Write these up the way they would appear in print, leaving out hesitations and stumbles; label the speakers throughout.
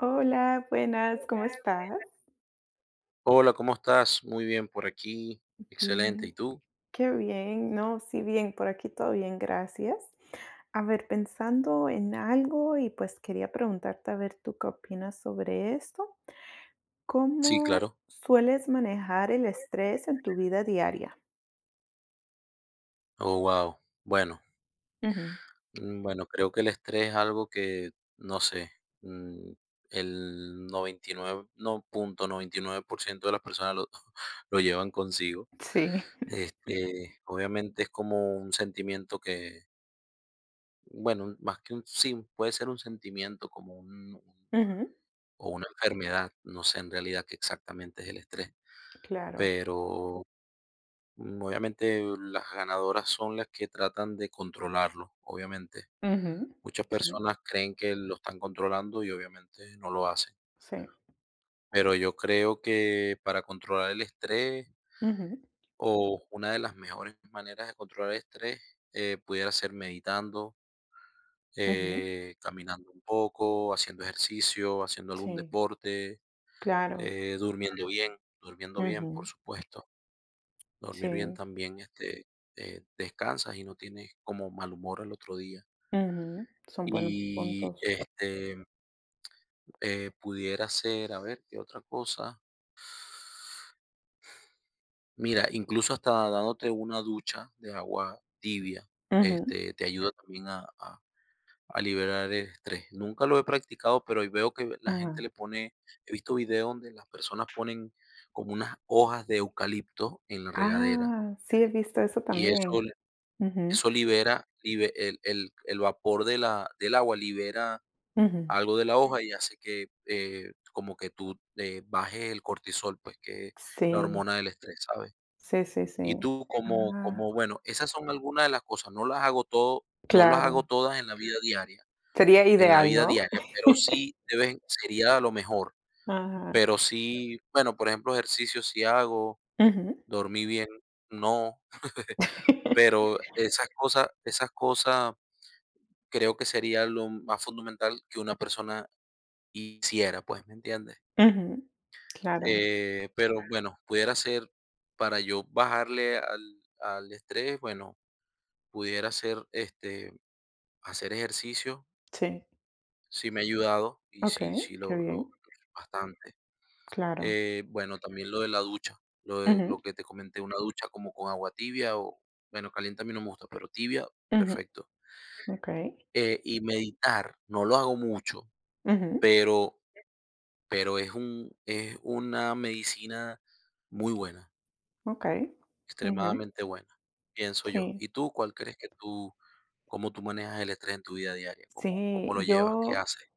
Speaker 1: Hola, buenas,
Speaker 2: Hola,
Speaker 1: ¿cómo estás?
Speaker 2: buenas. Hola, ¿cómo estás? Muy bien por aquí. Excelente. ¿Y
Speaker 1: Bien.
Speaker 2: tú?
Speaker 1: Qué bien, no, sí, bien, por aquí todo bien, gracias. A ver, pensando en algo y pues quería preguntarte a ver tú qué opinas sobre esto.
Speaker 2: Sí,
Speaker 1: ¿Cómo
Speaker 2: claro.
Speaker 1: sueles manejar el estrés en tu vida diaria?
Speaker 2: Oh, wow. Bueno,
Speaker 1: Ujú.
Speaker 2: bueno, creo que el estrés es algo que, no sé, mm, el 99 no, 0,99% de las personas lo, lo llevan consigo.
Speaker 1: Sí.
Speaker 2: Este, obviamente es como un sentimiento que, bueno, más que un, sí, puede ser un sentimiento como
Speaker 1: Ujú,
Speaker 2: o una enfermedad, no sé en realidad qué exactamente es el estrés,
Speaker 1: claro.
Speaker 2: pero obviamente las ganadoras son las que tratan de controlarlo, obviamente.
Speaker 1: Ujú.
Speaker 2: Muchas
Speaker 1: Sí.
Speaker 2: personas creen que lo están controlando y obviamente no lo hacen.
Speaker 1: Sí.
Speaker 2: Pero yo creo que para controlar el estrés
Speaker 1: Ujú.
Speaker 2: o una de las mejores maneras de controlar el estrés pudiera ser meditando,
Speaker 1: Ujú.
Speaker 2: caminando un poco, haciendo ejercicio, haciendo algún
Speaker 1: Sí,
Speaker 2: deporte,
Speaker 1: claro.
Speaker 2: durmiendo bien, por
Speaker 1: Ujú.
Speaker 2: supuesto. Dormir bien
Speaker 1: Sí.
Speaker 2: también, descansas y no tienes como mal humor al otro día.
Speaker 1: Ujú. Son buenos
Speaker 2: Y
Speaker 1: puntos.
Speaker 2: pudiera ser, a ver, ¿qué otra cosa? Mira, incluso hasta dándote una ducha de agua tibia,
Speaker 1: Ujú.
Speaker 2: este, te ayuda también a liberar el estrés. Nunca lo he practicado, pero hoy veo que la gente
Speaker 1: Ajá.
Speaker 2: le pone, he visto videos donde las personas ponen como unas hojas de eucalipto en la regadera
Speaker 1: Ah, sí, he visto eso
Speaker 2: y
Speaker 1: también.
Speaker 2: eso.
Speaker 1: Ujú,
Speaker 2: Eso libera, libe el vapor de la del agua, libera
Speaker 1: ujú.
Speaker 2: algo de la hoja y hace que, como que tú, bajes el cortisol, pues, que es la
Speaker 1: Sí,
Speaker 2: hormona del estrés, ¿sabes?
Speaker 1: sí, sí, sí.
Speaker 2: Y tú como
Speaker 1: Ah,
Speaker 2: bueno, esas son algunas de las cosas, no las hago
Speaker 1: claro.
Speaker 2: todas en la vida diaria,
Speaker 1: Sería ideal, ¿no?
Speaker 2: pero sí deben sería lo mejor,
Speaker 1: Ajá.
Speaker 2: pero sí, bueno, por ejemplo, ejercicio sí hago,
Speaker 1: Ujú.
Speaker 2: dormí bien, no, pero esas cosas creo que sería lo más fundamental que una persona hiciera, pues, ¿me entiendes?
Speaker 1: Ujú, claro.
Speaker 2: Pero bueno, pudiera ser para yo bajarle al estrés, bueno, pudiera ser, este, hacer ejercicio,
Speaker 1: Sí.
Speaker 2: sí me ha ayudado, y sí
Speaker 1: Okey, qué
Speaker 2: lo
Speaker 1: bien.
Speaker 2: lo bastante.
Speaker 1: Claro.
Speaker 2: Bueno, también lo de la ducha, lo de
Speaker 1: Ujú,
Speaker 2: lo que te comenté, una ducha como con agua tibia o, bueno, caliente a mí no me gusta, pero tibia,
Speaker 1: ujú.
Speaker 2: perfecto.
Speaker 1: Okey.
Speaker 2: Y meditar, no lo hago mucho,
Speaker 1: Ujú,
Speaker 2: pero Pero es una medicina muy buena,
Speaker 1: okey. Ujú,
Speaker 2: extremadamente buena, pienso yo.
Speaker 1: sí.
Speaker 2: ¿Y tú cuál crees que tú cómo tú manejas el estrés en tu vida diaria? ¿Cómo
Speaker 1: Sí,
Speaker 2: lo llevas? ¿Qué
Speaker 1: yo
Speaker 2: haces?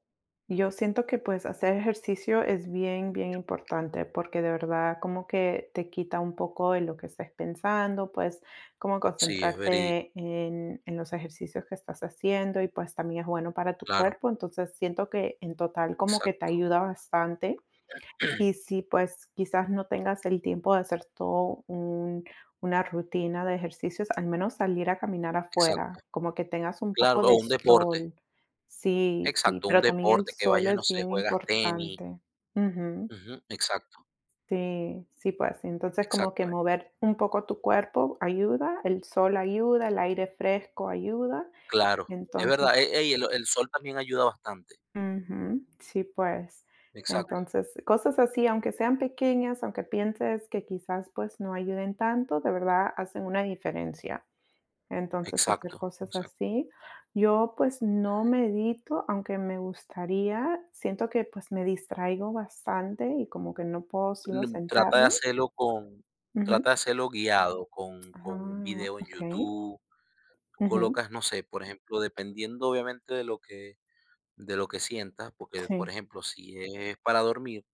Speaker 1: Yo siento que pues hacer ejercicio es bien, bien importante porque de verdad como que te quita un poco de lo que estés pensando, pues como
Speaker 2: Sí, es verídico,
Speaker 1: concentrarte en los ejercicios que estás haciendo y pues también es bueno para tu
Speaker 2: claro,
Speaker 1: cuerpo, entonces siento que en total como que te
Speaker 2: exacto,
Speaker 1: ayuda bastante y si, pues, quizás no tengas el tiempo de hacer todo un una rutina de ejercicios, al menos salir a caminar
Speaker 2: exacto.
Speaker 1: afuera, como que tengas un
Speaker 2: Claro,
Speaker 1: poco
Speaker 2: o
Speaker 1: de
Speaker 2: un deporte,
Speaker 1: sol. Sí, sí,
Speaker 2: exacto, un
Speaker 1: pero también el
Speaker 2: deporte que
Speaker 1: sol
Speaker 2: vayas, no
Speaker 1: es
Speaker 2: sé,
Speaker 1: bien
Speaker 2: juegas tenis,
Speaker 1: importante. Ujú.
Speaker 2: ujú, exacto,
Speaker 1: Sí, sí, pues, sí, entonces como que
Speaker 2: exacto,
Speaker 1: mover un poco tu cuerpo ayuda, el sol ayuda, el aire fresco ayuda,
Speaker 2: claro, es
Speaker 1: entonces
Speaker 2: verdad, ey, ey, el sol también ayuda bastante,
Speaker 1: ujú, sí, pues.
Speaker 2: exacto,
Speaker 1: Entonces, cosas así, aunque sean pequeñas, aunque pienses que quizás, pues, no ayuden tanto, de verdad hacen una diferencia. Entonces, hacer
Speaker 2: exacto,
Speaker 1: cosas
Speaker 2: exacto.
Speaker 1: así. Yo, pues, no medito, aunque me gustaría. Siento que, pues, me distraigo bastante y como que no puedo solo
Speaker 2: Mm, trata de
Speaker 1: sentarme.
Speaker 2: hacerlo con
Speaker 1: Ujú.
Speaker 2: Trata de hacerlo guiado con un
Speaker 1: Ah,
Speaker 2: video en
Speaker 1: okey.
Speaker 2: YouTube. Tú
Speaker 1: Ujú.
Speaker 2: colocas, no sé, por ejemplo, dependiendo obviamente de lo que sientas, porque, por
Speaker 1: Sí.
Speaker 2: ejemplo, si es para dormir,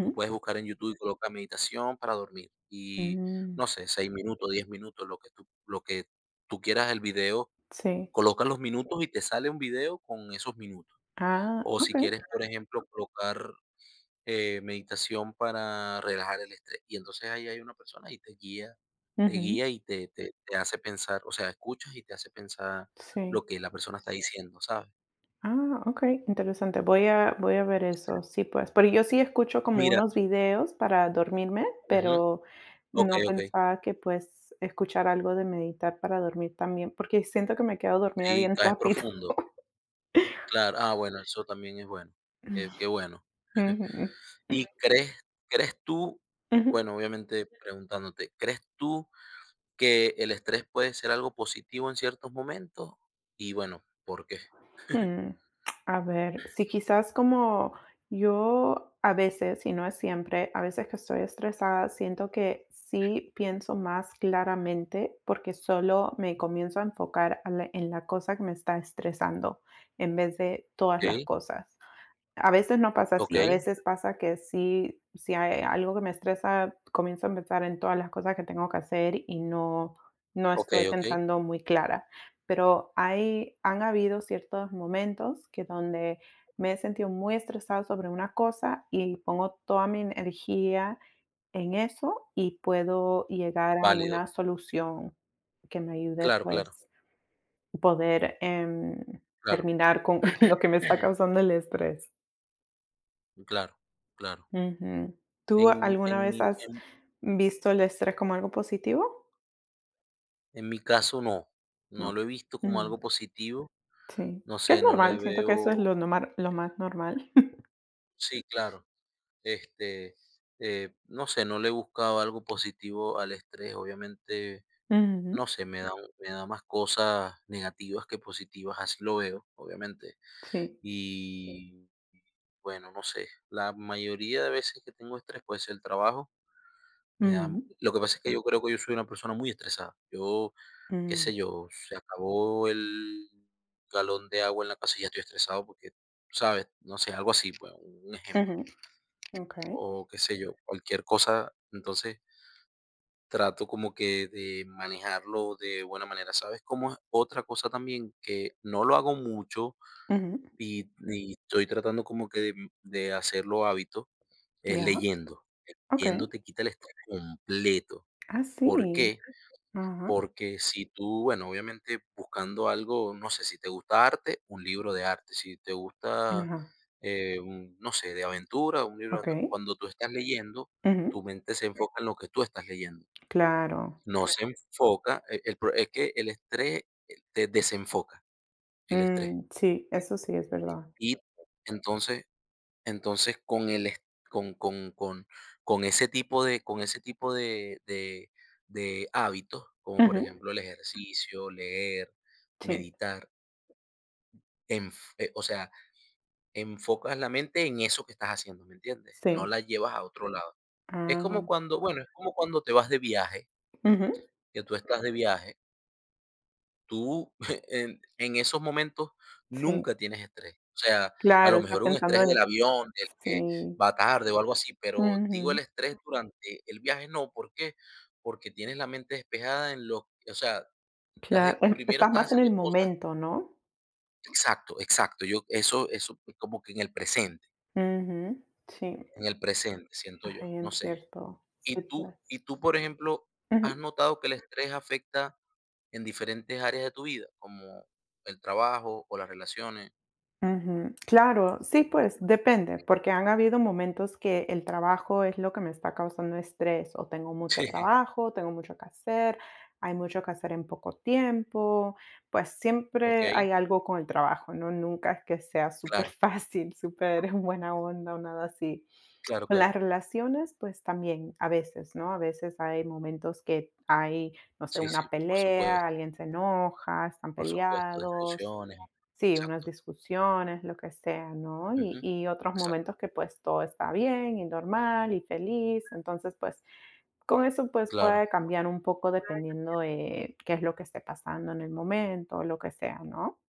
Speaker 2: tú puedes buscar en YouTube y coloca meditación para dormir y
Speaker 1: Mm,
Speaker 2: no sé, 6 minutos, 10 minutos, lo que tú quieras el video,
Speaker 1: sí.
Speaker 2: colocas los minutos y te sale un video con esos minutos.
Speaker 1: Ah,
Speaker 2: O si
Speaker 1: okey.
Speaker 2: quieres, por ejemplo, colocar meditación para relajar el estrés. Y entonces ahí hay una persona y te guía,
Speaker 1: Ujú.
Speaker 2: y te hace pensar, o sea, escuchas y te hace pensar
Speaker 1: Sí.
Speaker 2: lo que la persona está diciendo, ¿sabes?
Speaker 1: Ah, okey, interesante. Voy a ver eso. Sí, pues, porque yo sí escucho como
Speaker 2: Mira,
Speaker 1: unos videos para dormirme,
Speaker 2: ujú,
Speaker 1: pero
Speaker 2: ok,
Speaker 1: no
Speaker 2: ok,
Speaker 1: pensaba que, pues, escuchar algo de meditar para dormir también, porque siento que me quedo dormida
Speaker 2: sí,
Speaker 1: bien
Speaker 2: caes
Speaker 1: rápido.
Speaker 2: profundo, claro, ah, bueno, eso también es bueno, qué, qué bueno.
Speaker 1: Ujú.
Speaker 2: ¿Y crees tú,
Speaker 1: Ujú.
Speaker 2: bueno, obviamente preguntándote, ¿crees tú que el estrés puede ser algo positivo en ciertos momentos? Y bueno, ¿por qué?
Speaker 1: Hmm, a ver, sí, quizás como yo a veces, y no es siempre, a veces que estoy estresada, siento que sí pienso más claramente porque solo me comienzo a enfocar en la cosa que me está estresando en vez de todas las
Speaker 2: Ok,
Speaker 1: cosas. A veces no pasa
Speaker 2: ok,
Speaker 1: así, a veces pasa que sí, si hay algo que me estresa, comienzo a pensar en todas las cosas que tengo que hacer y no
Speaker 2: ok,
Speaker 1: estoy
Speaker 2: ok,
Speaker 1: pensando muy clara. Pero hay han habido ciertos momentos que donde me he sentido muy estresado sobre una cosa y pongo toda mi energía en eso y puedo llegar a
Speaker 2: válido.
Speaker 1: una solución que me ayude,
Speaker 2: Claro, claro,
Speaker 1: pues, poder,
Speaker 2: claro,
Speaker 1: terminar con lo que me está causando el estrés.
Speaker 2: claro, claro.
Speaker 1: Ujú. ¿Tú
Speaker 2: En en
Speaker 1: alguna
Speaker 2: mi
Speaker 1: vez has
Speaker 2: en
Speaker 1: visto el estrés como algo positivo?
Speaker 2: en mi caso no, no
Speaker 1: No.
Speaker 2: lo he visto como
Speaker 1: Mm,
Speaker 2: algo positivo,
Speaker 1: sí,
Speaker 2: no
Speaker 1: que es
Speaker 2: sé, no le
Speaker 1: normal, siento que eso es
Speaker 2: veo,
Speaker 1: lo nomar lo más normal.
Speaker 2: sí, claro, este, no sé, no le he buscado algo positivo al estrés, obviamente, no
Speaker 1: Ujú,
Speaker 2: sé, me da más cosas negativas que positivas, así lo veo, obviamente.
Speaker 1: sí.
Speaker 2: Y bueno, no sé, la mayoría de veces que tengo estrés, puede ser el trabajo, me da
Speaker 1: Ujú,
Speaker 2: lo que pasa es que yo creo que yo soy una persona muy estresada. Yo Qué
Speaker 1: mm,
Speaker 2: sé yo, se acabó el galón de agua en la casa y ya estoy estresado porque, ¿sabes? No sé, algo así, pues, un ejemplo.
Speaker 1: ujú, okey.
Speaker 2: O qué sé yo, cualquier cosa. Entonces trato como que de manejarlo de buena manera. ¿Sabes cómo es otra cosa también? Que no lo hago mucho
Speaker 1: Ujú,
Speaker 2: y estoy tratando como que de hacerlo hábito, es
Speaker 1: ya,
Speaker 2: leyendo.
Speaker 1: okey.
Speaker 2: Leyendo te quita el estrés completo.
Speaker 1: Ah,
Speaker 2: ¿Por
Speaker 1: sí.
Speaker 2: qué?
Speaker 1: Ajá,
Speaker 2: Porque si tú, bueno, obviamente buscando algo, no sé, si te gusta arte, un libro de arte, si te gusta,
Speaker 1: ajá,
Speaker 2: no sé, de aventura, un libro de
Speaker 1: okey.
Speaker 2: cuando tú estás leyendo,
Speaker 1: Ujú,
Speaker 2: tu mente se enfoca en lo que tú estás leyendo.
Speaker 1: claro.
Speaker 2: No se enfoca, es que el estrés, te desenfoca, el estrés.
Speaker 1: Mm, sí, eso sí es verdad.
Speaker 2: Y entonces, con el est con con con con ese tipo de hábitos, como por
Speaker 1: Ujú,
Speaker 2: ejemplo el ejercicio, leer,
Speaker 1: sí,
Speaker 2: meditar, enf o sea, enfocas la mente en eso que estás haciendo, ¿me entiendes? No
Speaker 1: sí.
Speaker 2: la llevas a otro lado.
Speaker 1: Ah,
Speaker 2: Es como cuando te vas de viaje,
Speaker 1: ujú,
Speaker 2: que tú estás de viaje, tú en, esos momentos
Speaker 1: sí.
Speaker 2: nunca tienes estrés. O sea, a
Speaker 1: Claro,
Speaker 2: lo
Speaker 1: estás
Speaker 2: mejor un
Speaker 1: pensando
Speaker 2: estrés del
Speaker 1: en
Speaker 2: avión, del que
Speaker 1: sí,
Speaker 2: va tarde o algo así, pero digo el
Speaker 1: ujú.
Speaker 2: estrés durante el viaje, no, ¿por qué? Porque tienes la mente despejada en lo, o sea, estás
Speaker 1: Claro, e
Speaker 2: primero
Speaker 1: estás
Speaker 2: estás
Speaker 1: más en el
Speaker 2: haciendo cosas,
Speaker 1: momento, ¿no?
Speaker 2: exacto, exacto, yo eso, eso es como que
Speaker 1: Ujú, sí,
Speaker 2: en el presente, siento yo,
Speaker 1: ahí
Speaker 2: no
Speaker 1: en
Speaker 2: sé.
Speaker 1: cierto, sí, pues.
Speaker 2: Y tú, por ejemplo,
Speaker 1: Ujú,
Speaker 2: has notado que el estrés afecta en diferentes áreas de tu vida, como el trabajo o las relaciones.
Speaker 1: ujú. Claro, sí, pues depende, porque han habido momentos que el trabajo es lo que me está causando estrés, o tengo mucho
Speaker 2: Sí,
Speaker 1: trabajo, tengo mucho que hacer, hay mucho que hacer en poco tiempo, pues siempre
Speaker 2: okey,
Speaker 1: hay algo con el trabajo, ¿no? Nunca es que sea súper
Speaker 2: claro,
Speaker 1: fácil, superfácil, buena onda o nada así.
Speaker 2: claro,
Speaker 1: Con
Speaker 2: claro.
Speaker 1: las relaciones, pues también, a veces, ¿no? A veces hay momentos que hay, no sé,
Speaker 2: Sí, sí,
Speaker 1: una pelea, alguien se enoja, están
Speaker 2: por supuesto,
Speaker 1: peleados,
Speaker 2: discusiones,
Speaker 1: sí, unas
Speaker 2: exacto.
Speaker 1: discusiones, lo que sea, ¿no?
Speaker 2: Ujú,
Speaker 1: Y otros
Speaker 2: exacto,
Speaker 1: momentos que pues todo está bien y normal y feliz, entonces pues con eso pues
Speaker 2: claro.
Speaker 1: puede cambiar un poco dependiendo de qué es lo que esté pasando en el momento, lo que sea, ¿no?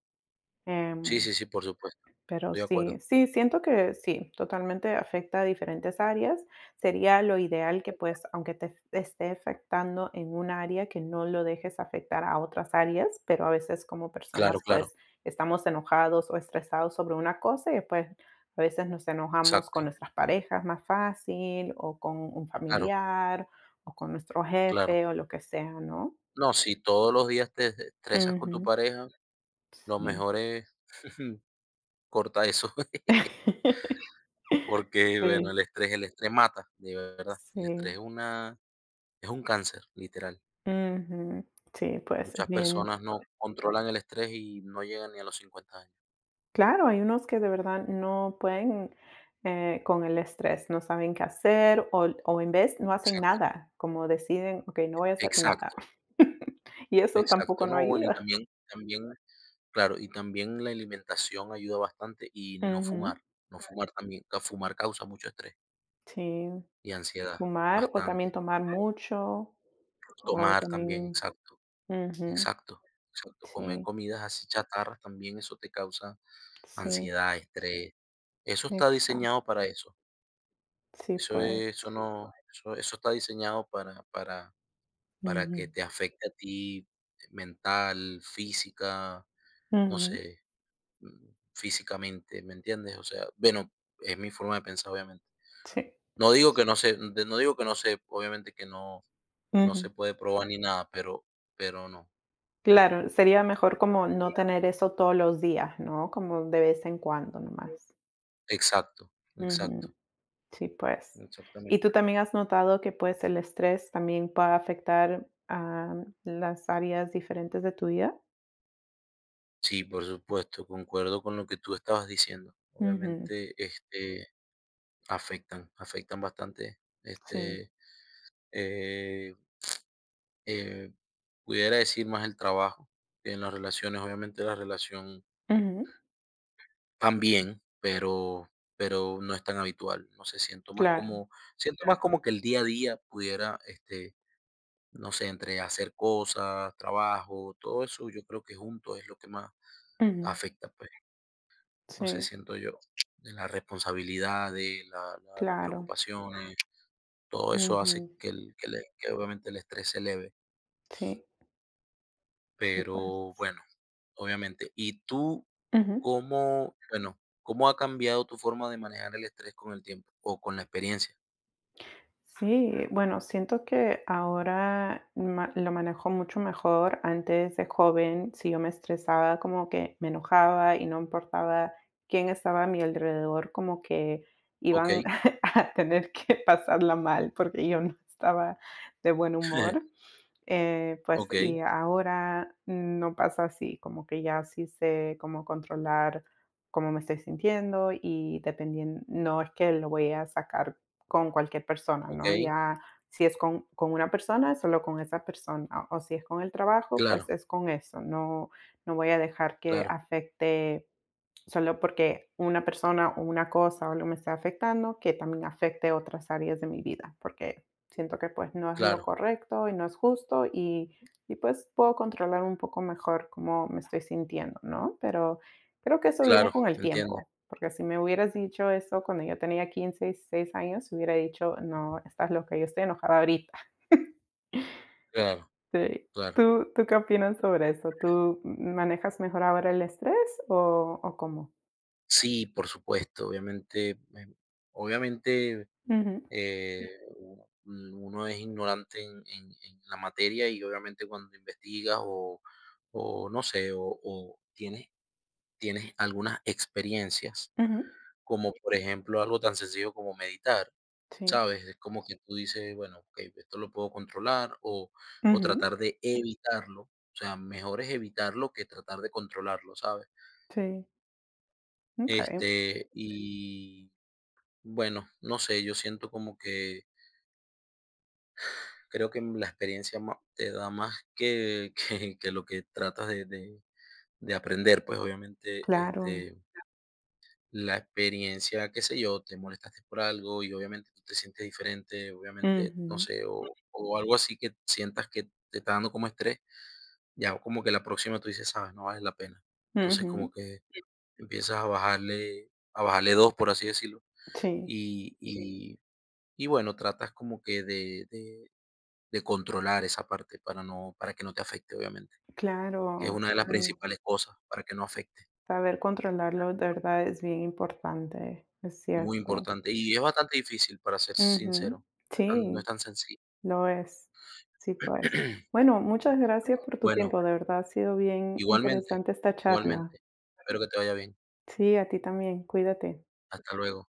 Speaker 2: Sí,
Speaker 1: Em,
Speaker 2: sí, sí, por supuesto,
Speaker 1: pero
Speaker 2: estoy de
Speaker 1: sí,
Speaker 2: acuerdo.
Speaker 1: sí, siento que sí, totalmente afecta a diferentes áreas. Sería lo ideal que pues, aunque te esté afectando en un área, que no lo dejes afectar a otras áreas, pero a veces como
Speaker 2: Claro,
Speaker 1: personas
Speaker 2: claro,
Speaker 1: pues estamos enojados o estresados sobre una cosa y pues a veces nos enojamos
Speaker 2: exacto,
Speaker 1: con nuestras parejas más fácil o con un
Speaker 2: claro,
Speaker 1: familiar o con nuestro
Speaker 2: claro.
Speaker 1: jefe o lo que sea, ¿no?
Speaker 2: No, si todos los días te estresas con tu
Speaker 1: Ujú,
Speaker 2: pareja, lo
Speaker 1: sí.
Speaker 2: mejor es corta eso, porque, bueno, el
Speaker 1: Sí,
Speaker 2: estrés mata, de verdad. El estrés
Speaker 1: sí.
Speaker 2: es un cáncer, literal.
Speaker 1: Ujú. Sí, pues es
Speaker 2: Muchas
Speaker 1: bien.
Speaker 2: personas no controlan el estrés y no llegan ni a los 50 años.
Speaker 1: Claro, hay unos que de verdad no pueden con el estrés, no saben qué hacer o en vez no hacen
Speaker 2: Exacto,
Speaker 1: nada, como deciden, ok, no voy a hacer nada.
Speaker 2: exacto.
Speaker 1: Y eso
Speaker 2: Exacto,
Speaker 1: tampoco no
Speaker 2: no, bueno, y
Speaker 1: ayuda.
Speaker 2: también claro, y también la alimentación ayuda bastante y no
Speaker 1: Ujú.
Speaker 2: fumar, no. Claro, fumar también, ca fumar causa mucho estrés
Speaker 1: Sí,
Speaker 2: y ansiedad,
Speaker 1: fumar o también
Speaker 2: bastante.
Speaker 1: tomar mucho o
Speaker 2: Tomar también,
Speaker 1: también...
Speaker 2: exacto,
Speaker 1: ujú.
Speaker 2: exacto, exacto, comer
Speaker 1: Sí,
Speaker 2: comidas así chatarras también, eso te causa
Speaker 1: sí,
Speaker 2: ansiedad, estrés. Eso está
Speaker 1: exacto.
Speaker 2: diseñado para eso.
Speaker 1: Sí,
Speaker 2: eso
Speaker 1: pues.
Speaker 2: es eso no eso eso está diseñado para
Speaker 1: Ujú,
Speaker 2: que te afecte a ti, mental, física, no
Speaker 1: ujú,
Speaker 2: sé. mm, Físicamente, ¿me entiendes? O sea, bueno, es mi forma de pensar, obviamente.
Speaker 1: sí.
Speaker 2: No digo que no se, obviamente que no, no se
Speaker 1: Ujú.
Speaker 2: puede probar ni nada, pero, no.
Speaker 1: Claro, sería mejor como no tener eso todos los días, ¿no? Como de vez en cuando nomás.
Speaker 2: Exacto, exacto,
Speaker 1: Ujú. Sí, pues. ¿Y tú
Speaker 2: exactamente.
Speaker 1: también has notado que, pues, el estrés también puede afectar a las áreas diferentes de tu vida?
Speaker 2: Sí, por supuesto, concuerdo con lo que tú estabas diciendo.
Speaker 1: Ujú,
Speaker 2: Obviamente, este, afectan bastante.
Speaker 1: sí.
Speaker 2: Este, eh, eh, pudiera decir más el trabajo que en las relaciones. Obviamente, la relación
Speaker 1: Ujú,
Speaker 2: también, pero no es tan habitual. No sé, siento más
Speaker 1: claro.
Speaker 2: como que el día a día pudiera, este, no sé, entre hacer cosas, trabajo, todo eso, yo creo que junto es lo que más
Speaker 1: Ujú,
Speaker 2: afecta, pues, no sé,
Speaker 1: sí,
Speaker 2: siento yo, de las responsabilidades, la la las
Speaker 1: claro.
Speaker 2: preocupaciones, todo eso
Speaker 1: Ujú,
Speaker 2: hace que el que le que obviamente el estrés se eleve.
Speaker 1: sí, sí,
Speaker 2: Pero
Speaker 1: pues.
Speaker 2: bueno, obviamente. ¿Y tú
Speaker 1: Ujú.
Speaker 2: cómo, bueno, cómo ha cambiado tu forma de manejar el estrés con el tiempo o con la experiencia?
Speaker 1: Sí, bueno, siento que ahora lo manejo mucho mejor. Antes de joven, si yo me estresaba, como que me enojaba y no importaba quién estaba a mi alrededor, como que
Speaker 2: Ok,
Speaker 1: iban a tener que pasarla mal porque yo no estaba de buen humor. Pues,
Speaker 2: ok,
Speaker 1: y ahora no pasa así, como que ya sí sé cómo controlar cómo me estoy sintiendo y dependiendo, no es que lo voy a sacar con cualquier persona,
Speaker 2: ok,
Speaker 1: ¿no? Ya si es con una persona, solo con esa persona, o si es con el trabajo, pues
Speaker 2: claro,
Speaker 1: es con eso, no, no voy a dejar que
Speaker 2: claro,
Speaker 1: afecte Solo porque una persona o una cosa o algo me está afectando, que también afecte otras áreas de mi vida, porque siento que pues no es lo
Speaker 2: claro,
Speaker 1: correcto y no es justo y pues puedo controlar un poco mejor cómo me estoy sintiendo, ¿no? Pero creo que eso viene
Speaker 2: claro,
Speaker 1: con el
Speaker 2: entiendo,
Speaker 1: tiempo, porque si me hubieras dicho eso cuando yo tenía 15 16 años, hubiera dicho, no, estás loca, yo estoy enojada ahorita.
Speaker 2: claro,
Speaker 1: Sí.
Speaker 2: claro.
Speaker 1: ¿Tú qué opinas sobre eso? ¿Tú manejas mejor ahora el estrés o cómo?
Speaker 2: Sí, por supuesto, obviamente, obviamente
Speaker 1: Ujú,
Speaker 2: eh, uno es ignorante en, en la materia y obviamente cuando investigas o no sé, o tienes, algunas experiencias.
Speaker 1: ujú.
Speaker 2: Como, por ejemplo, algo tan sencillo como meditar,
Speaker 1: Sí.
Speaker 2: ¿sabes? Es como que tú dices, bueno, okey, esto lo puedo controlar o
Speaker 1: Ujú.
Speaker 2: tratar de evitarlo. O sea, mejor es evitarlo que tratar de controlarlo, ¿sabes?
Speaker 1: Sí. Okay,
Speaker 2: Este, y bueno, no sé, yo siento como que creo que la experiencia ma te da más que que lo que tratas de aprender, pues, obviamente,
Speaker 1: claro.
Speaker 2: este la experiencia, qué sé yo, te molestaste por algo y obviamente tú te sientes diferente, obviamente, no
Speaker 1: Ujú.
Speaker 2: sé, o algo así que sientas que te está dando como estrés, ya como que la próxima tú dices, sabes, no vale la pena. Entonces
Speaker 1: Ujú.
Speaker 2: como que empiezas a bajarle dos, por así decirlo,
Speaker 1: Sí.
Speaker 2: y, Sí. Y bueno, tratas como que de, de controlar esa parte para, no, para que no te afecte, obviamente, que es
Speaker 1: Claro,
Speaker 2: una de las. Claro,
Speaker 1: sí.
Speaker 2: principales cosas, para que no afecte.
Speaker 1: Saber controlarlo de verdad es bien importante, es
Speaker 2: Muy
Speaker 1: cierto.
Speaker 2: importante. Y es bastante difícil, para ser
Speaker 1: Ujú.
Speaker 2: sincero. No es
Speaker 1: Sí,
Speaker 2: tan sencillo.
Speaker 1: lo es. Sí, pues. Bueno, muchas gracias por tu
Speaker 2: Bueno,
Speaker 1: tiempo, de verdad ha sido bien
Speaker 2: igualmente,
Speaker 1: interesante esta charla.
Speaker 2: igualmente. Espero que te vaya bien.
Speaker 1: Sí, a ti también, cuídate.
Speaker 2: Hasta luego.